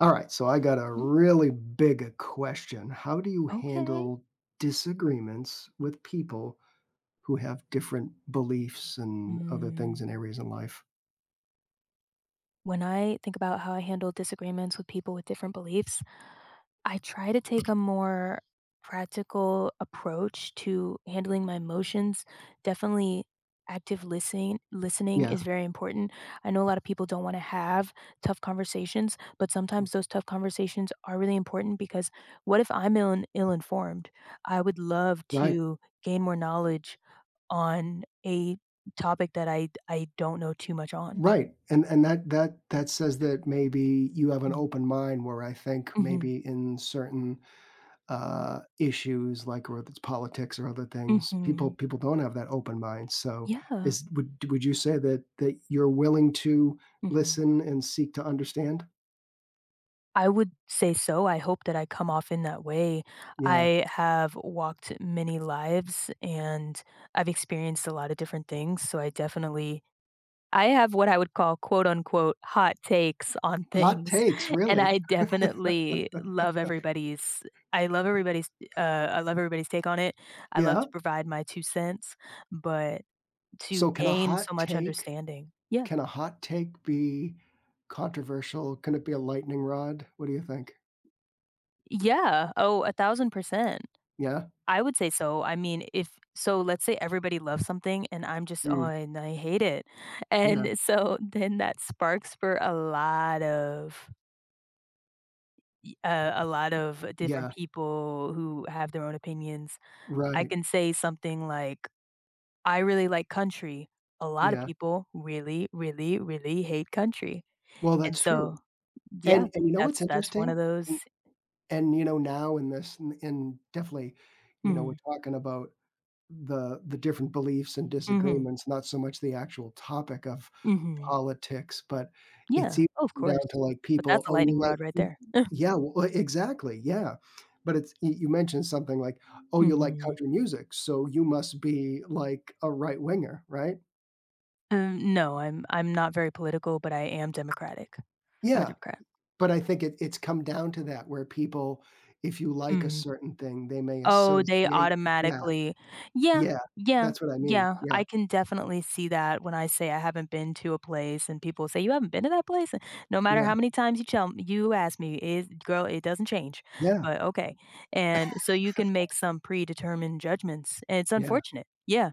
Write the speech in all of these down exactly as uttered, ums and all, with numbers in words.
All right, so I got a Mm, really big a question. How do you Okay. handle disagreements with people who have different beliefs and other things Mm, and areas in life? when I think about how I handle disagreements with people with different beliefs, I try to take a more practical approach to handling my emotions. Definitely, active listening listening Yeah, is very important. I know a lot of people don't want to have tough conversations, but sometimes those tough conversations are really important because what if I'm ill ill-informed? I would love right. to gain more knowledge on a topic that I I don't know too much on. Right. And and that that that says that maybe you have an Mm. open mind where I think Mhm. maybe in certain uh issues like whether it's politics or other things, people Mhm. people don't have that open mind. So Yeah. is would would you say that that you're willing to Mhm. listen and seek to understand? I would say so. I hope that I come off in that way. Yeah. I have walked many lives, and I've experienced a lot of different things, so I definitely I have what I would call, quote, unquote, "hot takes" on Hot things, takes, and I really? definitely love everybody's I love everybody's, uh I love everybody's take on it. I love Yeah. to provide my two cents, but to So can a gain so hot much take understanding. Yeah. can a hot take be controversial? Can it be a lightning rod? What do you think? Yeah. Oh, one thousand percent. Yeah? I would say so. I mean, if so let's say everybody loves something and I'm just, "Oh, Mm. and I hate it." Yeah. And so then that sparks for a lot of uh, a lot of different Yeah. people who have their own opinions. I Right. can say something like, "I really like country." A lot of Yeah. people really, really, really hate country. Well, And that's so, true. yeah, And and you know what's that's that's one interesting? of those. And and, you know, now in this and and definitely, you know, we're Mhm. talking about the the different beliefs and Mhm. disagreements, not so much the actual topic of Mhm. politics, but it's Yeah, even of down course. to, like, But people, that's a "Oh, you lightning like." rod right there. Yeah, well, well, exactly, yeah. But it's you you mentioned something like, "Oh, you like Mhm. country music, so you must be, like, a right winger," right? Um, no, I'm I'm not very political, but I am Democratic. I'm a Yeah, Democrat. but I think it it's come down to that where people, if you like a Mm. certain thing, they may Oh, they associate that. automatically, yeah, Yeah, yeah, that's what I mean. yeah, Yeah, I can definitely see that when I say I haven't been to a place and people say, "You haven't been to that place?" And no matter how yeah, many times you tell you ask me, "Is girl, it doesn't change." yeah, But okay. And so you can make some predetermined judgments, and it's yeah. unfortunate. Yeah.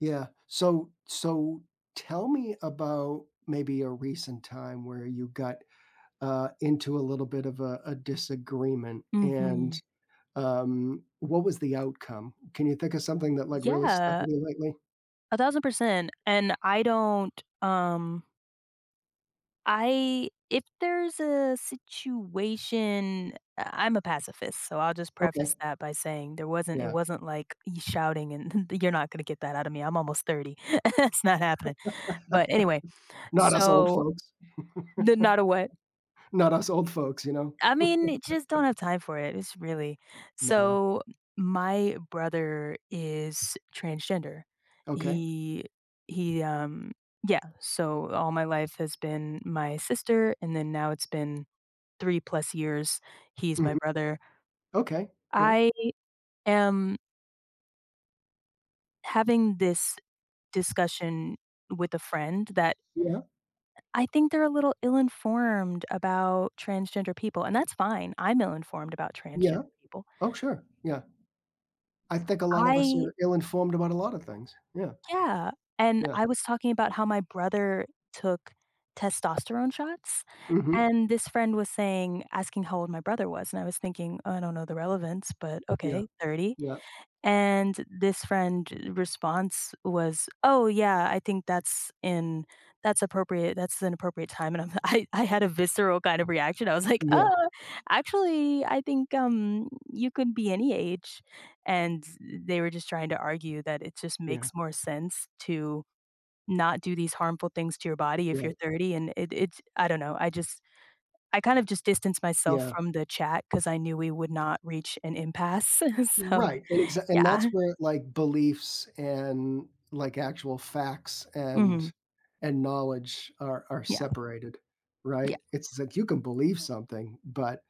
Yeah. So so tell me about maybe a recent time where you got, uh, into a little bit of a a disagreement and, Mhm. um, what was the outcome? Can you think of something that, like, really stuck Yeah. with you lately? one thousand percent, and I don't. Um I if there's a situation, uh, I'm a pacifist, so I'll just preface Okay. that by saying there wasn't it Yeah. wasn't like he's shouting, and you're not gonna get that out of me. I'm almost thirty. It's not happening. But anyway, Not us old so folks. the not a what? Not us old folks, you know? I mean, you just don't have time for it. It's really No. so my brother is transgender. Okay. He he um yeah, so all my life has been my sister, and then now it's been three plus years he's my Mhm. brother. Okay. Yeah. I am having this discussion with a friend that Yeah. I think they're a little ill-informed about transgender people, and that's fine. I'm ill-informed about transgender Yeah. people. Oh, sure. Yeah. I think a lot of us I are ill-informed about a lot of things. Yeah. Yeah, and Yeah. I was talking about how my brother took testosterone shots, Mhm. and this friend was saying asking how old my brother was, and I was thinking, "Oh, I don't know the relevance, but Yeah. okay, thirty." Yeah. And this friend response was, "Oh, yeah, I think that's in that's appropriate. That's an appropriate time." And I'm I I had a visceral kind of reaction. I was like, Yeah. "Oh, actually, I think, um, you could be any age." And they were just trying to argue that it just makes Yeah. more sense to not do these harmful things to your body if you're Right. thirty, and it it's I don't know. I just I kind of just distanced myself Yeah, from the chat because I knew we would not reach an impasse. So, right, and exa and yeah. that's where, like, beliefs and, like, actual facts Mhm. and and knowledge are are Yeah, separated, yeah. right? It's like you can believe something, but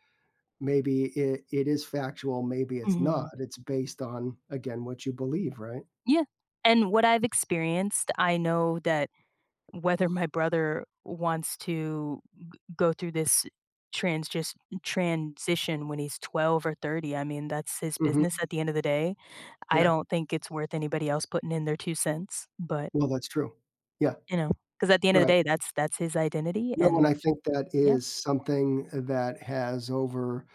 maybe it it is factual, maybe it's not. Mhm. It's based on, again, what you believe, right? Yeah, and what I've experienced, I know that whether my brother wants to g go through this trans just transition when he's twelve or thirty, I mean, that's his Mhm, business at the end of the day. I yeah, don't think it's worth anybody else putting in their two cents, but, well, that's true. Yeah, you know, because at the end of the right. day, that's that's his identity No, and I and think that yeah. is something that has over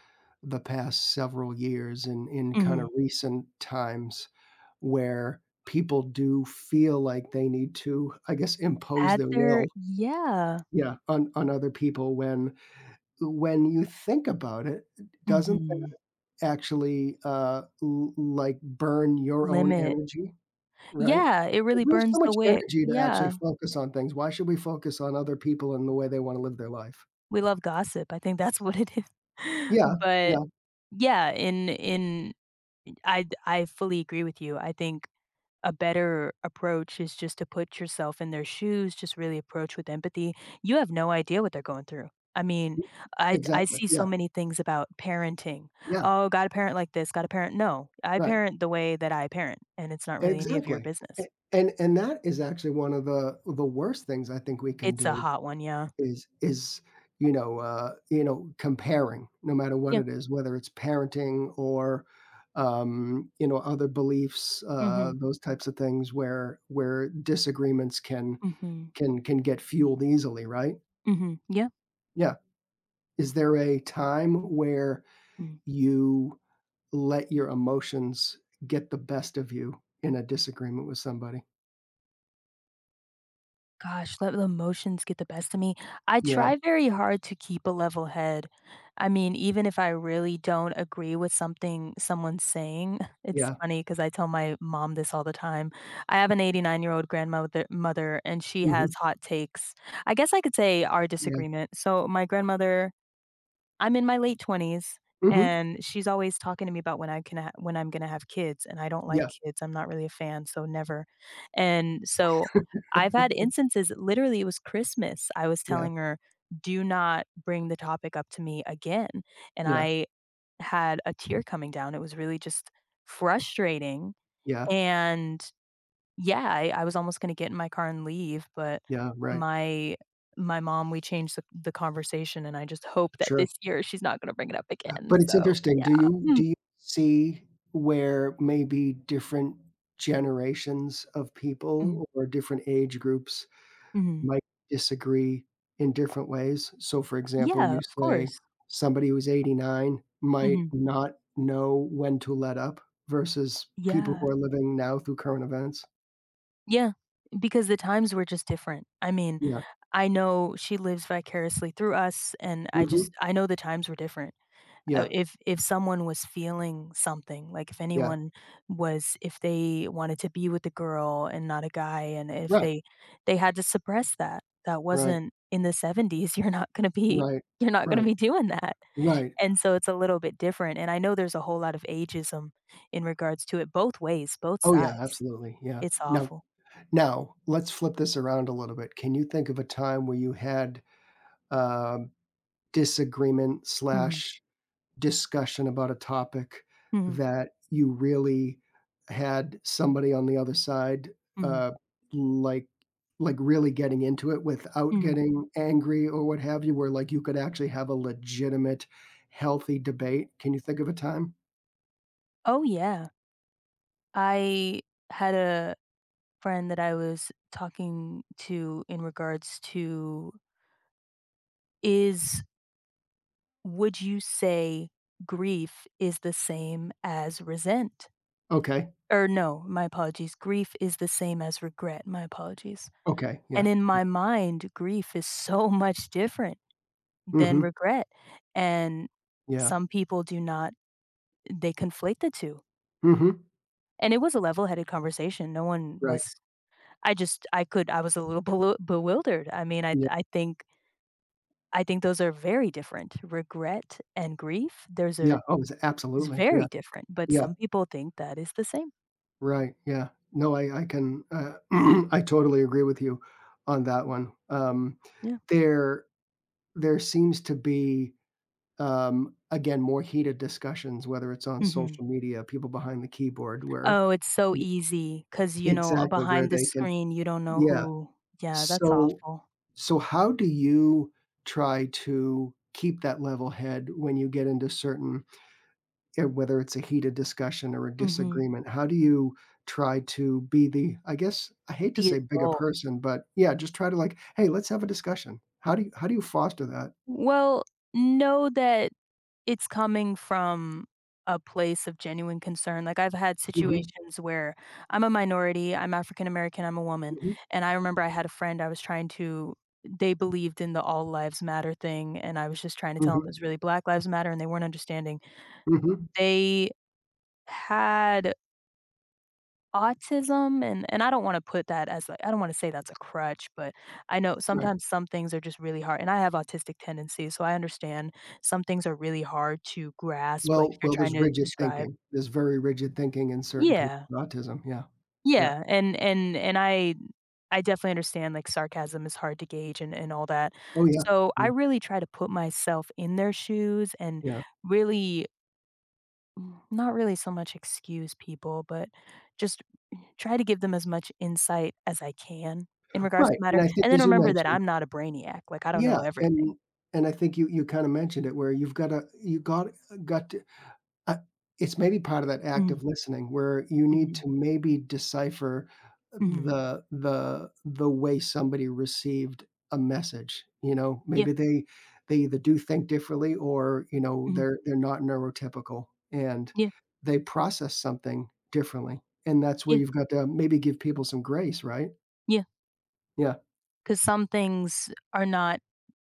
the past several years and in kind Mhm. of recent times where people do feel like they need to, I guess, impose At their their will, yeah. yeah, on on other people when when you think about it, doesn't that Mhm. actually, uh, l like, burn your own Limit. energy, right? Yeah, it Like, really we have so burns the much wick. energy to actually Yeah. focus on things. Why should we focus on other people and the way they wanna live their life? We love gossip. I think that's what it is. Yeah, But, yeah, yeah, in in I I fully agree with you. I think a better approach is just to put yourself in their shoes, just really approach with empathy. You have no idea what they're going through. I mean, I I exactly, see so yeah, many things about parenting. yeah, "Oh, gotta parent like this, gotta parent." No, I right, parent the way that I parent, and it's not really any of your exactly, a business. and and that is actually one of the the worst things I think we can It's a do hot one, yeah. is is, you know, uh, you know, comparing no matter what Yeah. it is, whether it's parenting or, um, you know, other beliefs, uh, Mhm. those types of things where where disagreements can Mhm. can can get fueled easily, right? Mhm. Yeah. Yeah. Is there a time where Mm. you let your emotions get the best of you in a disagreement with somebody? Gosh, let the emotions get the best of me. I Yeah, try very hard to keep a level head. I mean, even if I really don't agree with something someone's saying, it's yeah, funny because I tell my mom this all the time. I have an eighty-nine-year-old grandmother mother, and she has mhm, hot takes. I guess I could say our yeah, disagreement. So my grandmother, I'm in my late twenties, mhm, and she's always talking to me about when I can ha when I'm gonna have kids, and I don't like yeah, kids, I'm not really a fan, so never. And so, I've had instances, literally, it was Christmas, I was yeah, telling her, "Do not bring the topic up to me again," and yeah, I had a tear coming down, it was really just frustrating, yeah, and yeah, I I was almost gonna get in my car and leave, but yeah, right, my my mom, we changed the the conversation, and I just hope that sure. this year she's not gonna bring it up again, But it's so, interesting, yeah. do you Mm. do you see where maybe different generations of Mm. people or different age groups Mhm. might disagree in different ways. So, for example, Yeah, you of say course. somebody who's eighty-nine might Mhm. not know when to let up versus people Yeah. who are living now through current events. Yeah, because the times were just different. I mean, Yeah. I know she lives vicariously through us, and I Mhm. just I know the times were different. uh, Yeah, if if someone was feeling something like if yeah. anyone was if they wanted to be with a girl and not a guy, and if Right, they they had to suppress that, that right, wasn't in the seventies, you're not going to be right, you're not going to right, be doing that. right. And so it's a little bit different, and I know there's a whole lot of ageism in regards to it, both ways, both Oh, yeah, sides. absolutely, yeah. It's Now awful. now, let's flip this around a little bit. Can you think of a time where you had, um, disagreement/ Hmm. slash discussion about a topic Hmm. that you really had somebody on the other side, Hmm. uh, like like really getting into it without Hmm. getting angry or what have you, where, like, you could actually have a legitimate, healthy debate? Can you think of a time? Oh, yeah. I had a friend that I was talking to in regards to, is would you say grief is the same as resent? Okay. Or no, my apologies. Grief is the same as regret. My apologies. Okay. And Yeah. in Yeah. my mind, grief is so much different than Mhm. regret. And Yeah. some people do not, they conflate the two. Mhm. And it was a level headed conversation. No one Right. was, I just, I could, I was a little bewil- bewildered. I mean, I, Yeah. I think I think those are very different. Regret and grief, those Yeah. are Oh, it's is absolutely. very Yeah. different, but Yeah. some people think that is the same. Right. Yeah. No, I I can, uh, I totally agree with you on that one. Um, Yeah. there there seems to be, um, again, more heated discussions, whether it's on Mhm. social media, people behind the keyboard where Oh, it's so y easy because you know, uh, exactly, where behind the they can, screen, you don't know yeah. who. Yeah, that's So awful. so how do you try to keep that level head when you get into certain, eh, whether it's a heated discussion or a Mhm. disagreement? How do you try to be the, I guess, I hate to The say bigger adult. person, but yeah, just try to, like, "Hey, let's have a discussion." How do you how do you foster that? Well, know that it's coming from a place of genuine concern. Like, I've had Mhm. situations where I'm a minority, I'm African American, I'm a woman, Mhm. and I remember I had a friend I was trying to, they believed in the all lives matter thing, and I was just trying to tell tell 'em Mhm. it's really Black Lives Matter, and they weren't understanding. Mhm, They had autism, and and I don't wanna put that as like, I don't wanna say that's a crutch, but I know right. sometimes some things are just really hard, and I have autistic tendencies, so I understand some things are really hard to grasp, like, if Well you're well, trying there's to rigid describe. thinking. There's very rigid thinking in certain people Yeah, with autism, yeah. Yeah. yeah, and and and I I definitely understand, like, sarcasm is hard to gauge and and all that. Oh, yeah. So, I Yeah, really try to put myself in their shoes and yeah. really, mm, not really so much excuse people, but just try to give them as much insight as I can in regards to Right, and matter, I and think then as you remember that mentioned, I'm not a brainiac, like, I don't know yeah, everything. and and I think you you kinda mentioned it where you've gotta you got got to. Uh, it's maybe part of that Mhm. active listening where you need Mhm. to maybe decipher Mhm. the the the way somebody received a message, you know? Yeah. Maybe they they either do think differently or, you know, Mhm. they're they're not neurotypical and Yeah. they process something differently, and that's where Yeah. you've got to maybe give people some grace, right? Yeah. Yeah. Because some things are not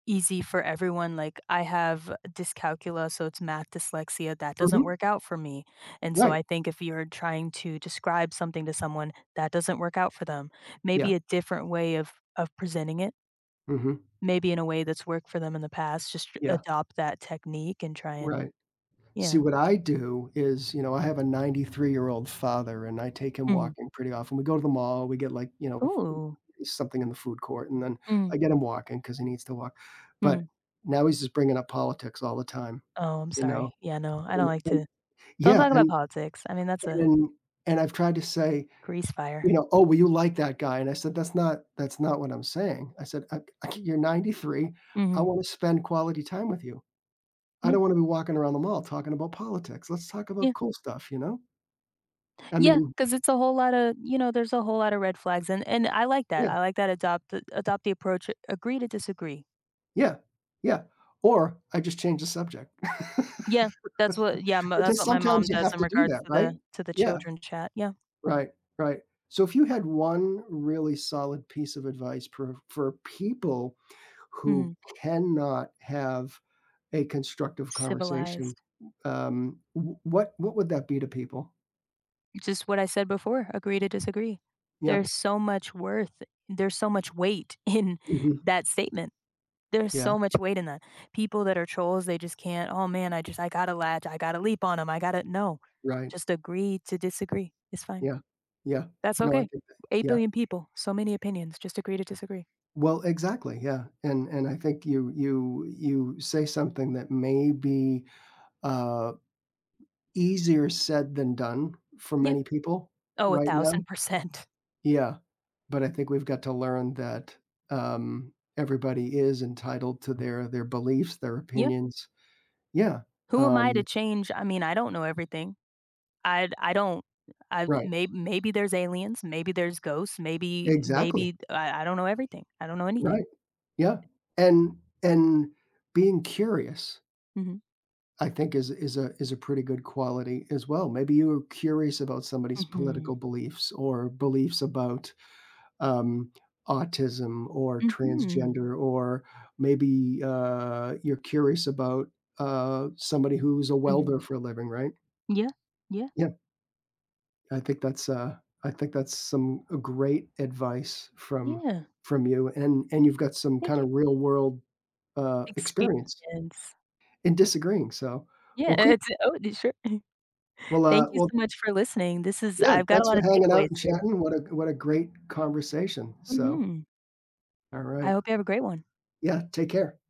easy for everyone, like, I have dyscalculia, so it's math dyslexia, that doesn't Mhm. work out for me, and so Right. I think if you're trying to describe something to someone, that doesn't work out for them. Maybe Yeah. a different way of of presenting it, Mhm. maybe in a way that's worked for them in the past, just Yeah. adopt that technique and try and. Right. See, Yeah. what I do is, you know, I have a ninety-three-year-old father, and I take him Mhm. walking pretty often. We go to the mall, we get, like, you know, Ooh. something in the food court, and then Mm. I get him walking because he needs to walk. But Mm. now he's just bringing up politics all the time, Oh, I'm you sorry. know? Yeah, no, I don't And like to, and don't yeah, talk about and politics. I mean, that's a and and I've tried to say, grease you fire. know, "Oh, well, you like that guy," and I said, "That's not that's not what I'm saying." I said, "I c You're ninety-three, I Mhm. wanna spend quality time with you. I Yeah, don't wanna be walking around the mall talking about politics. Let's talk yeah. about cool stuff," you know? I Yeah. mean, Because it's a whole lot of, you know, there's a whole lot of red flags, and and I like that. yeah, I like that, adopt the adopt the approach, agree to disagree. yeah, yeah, or I just change the subject. Yeah, that's what, yeah, m that's Because what my mom sometimes you does have in to do regards that, to right? the to the Yeah, children chat. Yeah. right, right. So if you had one really solid piece of advice for for people who Mhm. cannot have a constructive conversation, Civilized. um, w what what would that be to people? Just what I said before, agree to disagree. Yeah, There's so much worth there's so much weight in mhm, that statement. There's yeah, so much weight in that. People that are trolls, they just can't, "Oh, man, I just I gotta latch, I gotta leap on them. I gotta." No, right, just agree to disagree. It's fine. yeah, yeah. That's No, I okay. think that, yeah. eight billion people, so many opinions, just agree to disagree. Well, exactly, yeah, and and I think you you you say something that may be, uh, easier said than done for Yeah. many people Oh, right now. one thousand percent. Yeah, but I think we've got to learn that, um, everybody is entitled to their their beliefs, their Yeah. opinions. Yeah, Who am I to um, change? I mean, I don't know everything. I I don't. I right, maybe maybe there's aliens, maybe there's ghosts, maybe exactly, maybe I I don't know everything. I don't know anything. right, yeah, and and being curious Mhm. I think is is a is a pretty good quality as well. Maybe you were curious about somebody's political Mhm. beliefs or beliefs about, um, autism or Mhm. transgender, or maybe, uh, you're curious about, uh, somebody who's a Mhm. welder for a living, right? Yeah. Yeah. Yeah, I think that's, uh, I think that's some uh, great advice from Yeah. from you, and and you've got some Thank kinda you. real world, uh, experience Experience. in disagreeing, so, Yeah, well, eh, cool. it's, oh, d sure. Well, Thank uh, you well so much for listening. This is Yeah, I've got a thanks lot for of hanging out takeaways and here. chatting. What a what a great conversation. So, Mhm. all I right. hope you have a great one. Yeah, take care.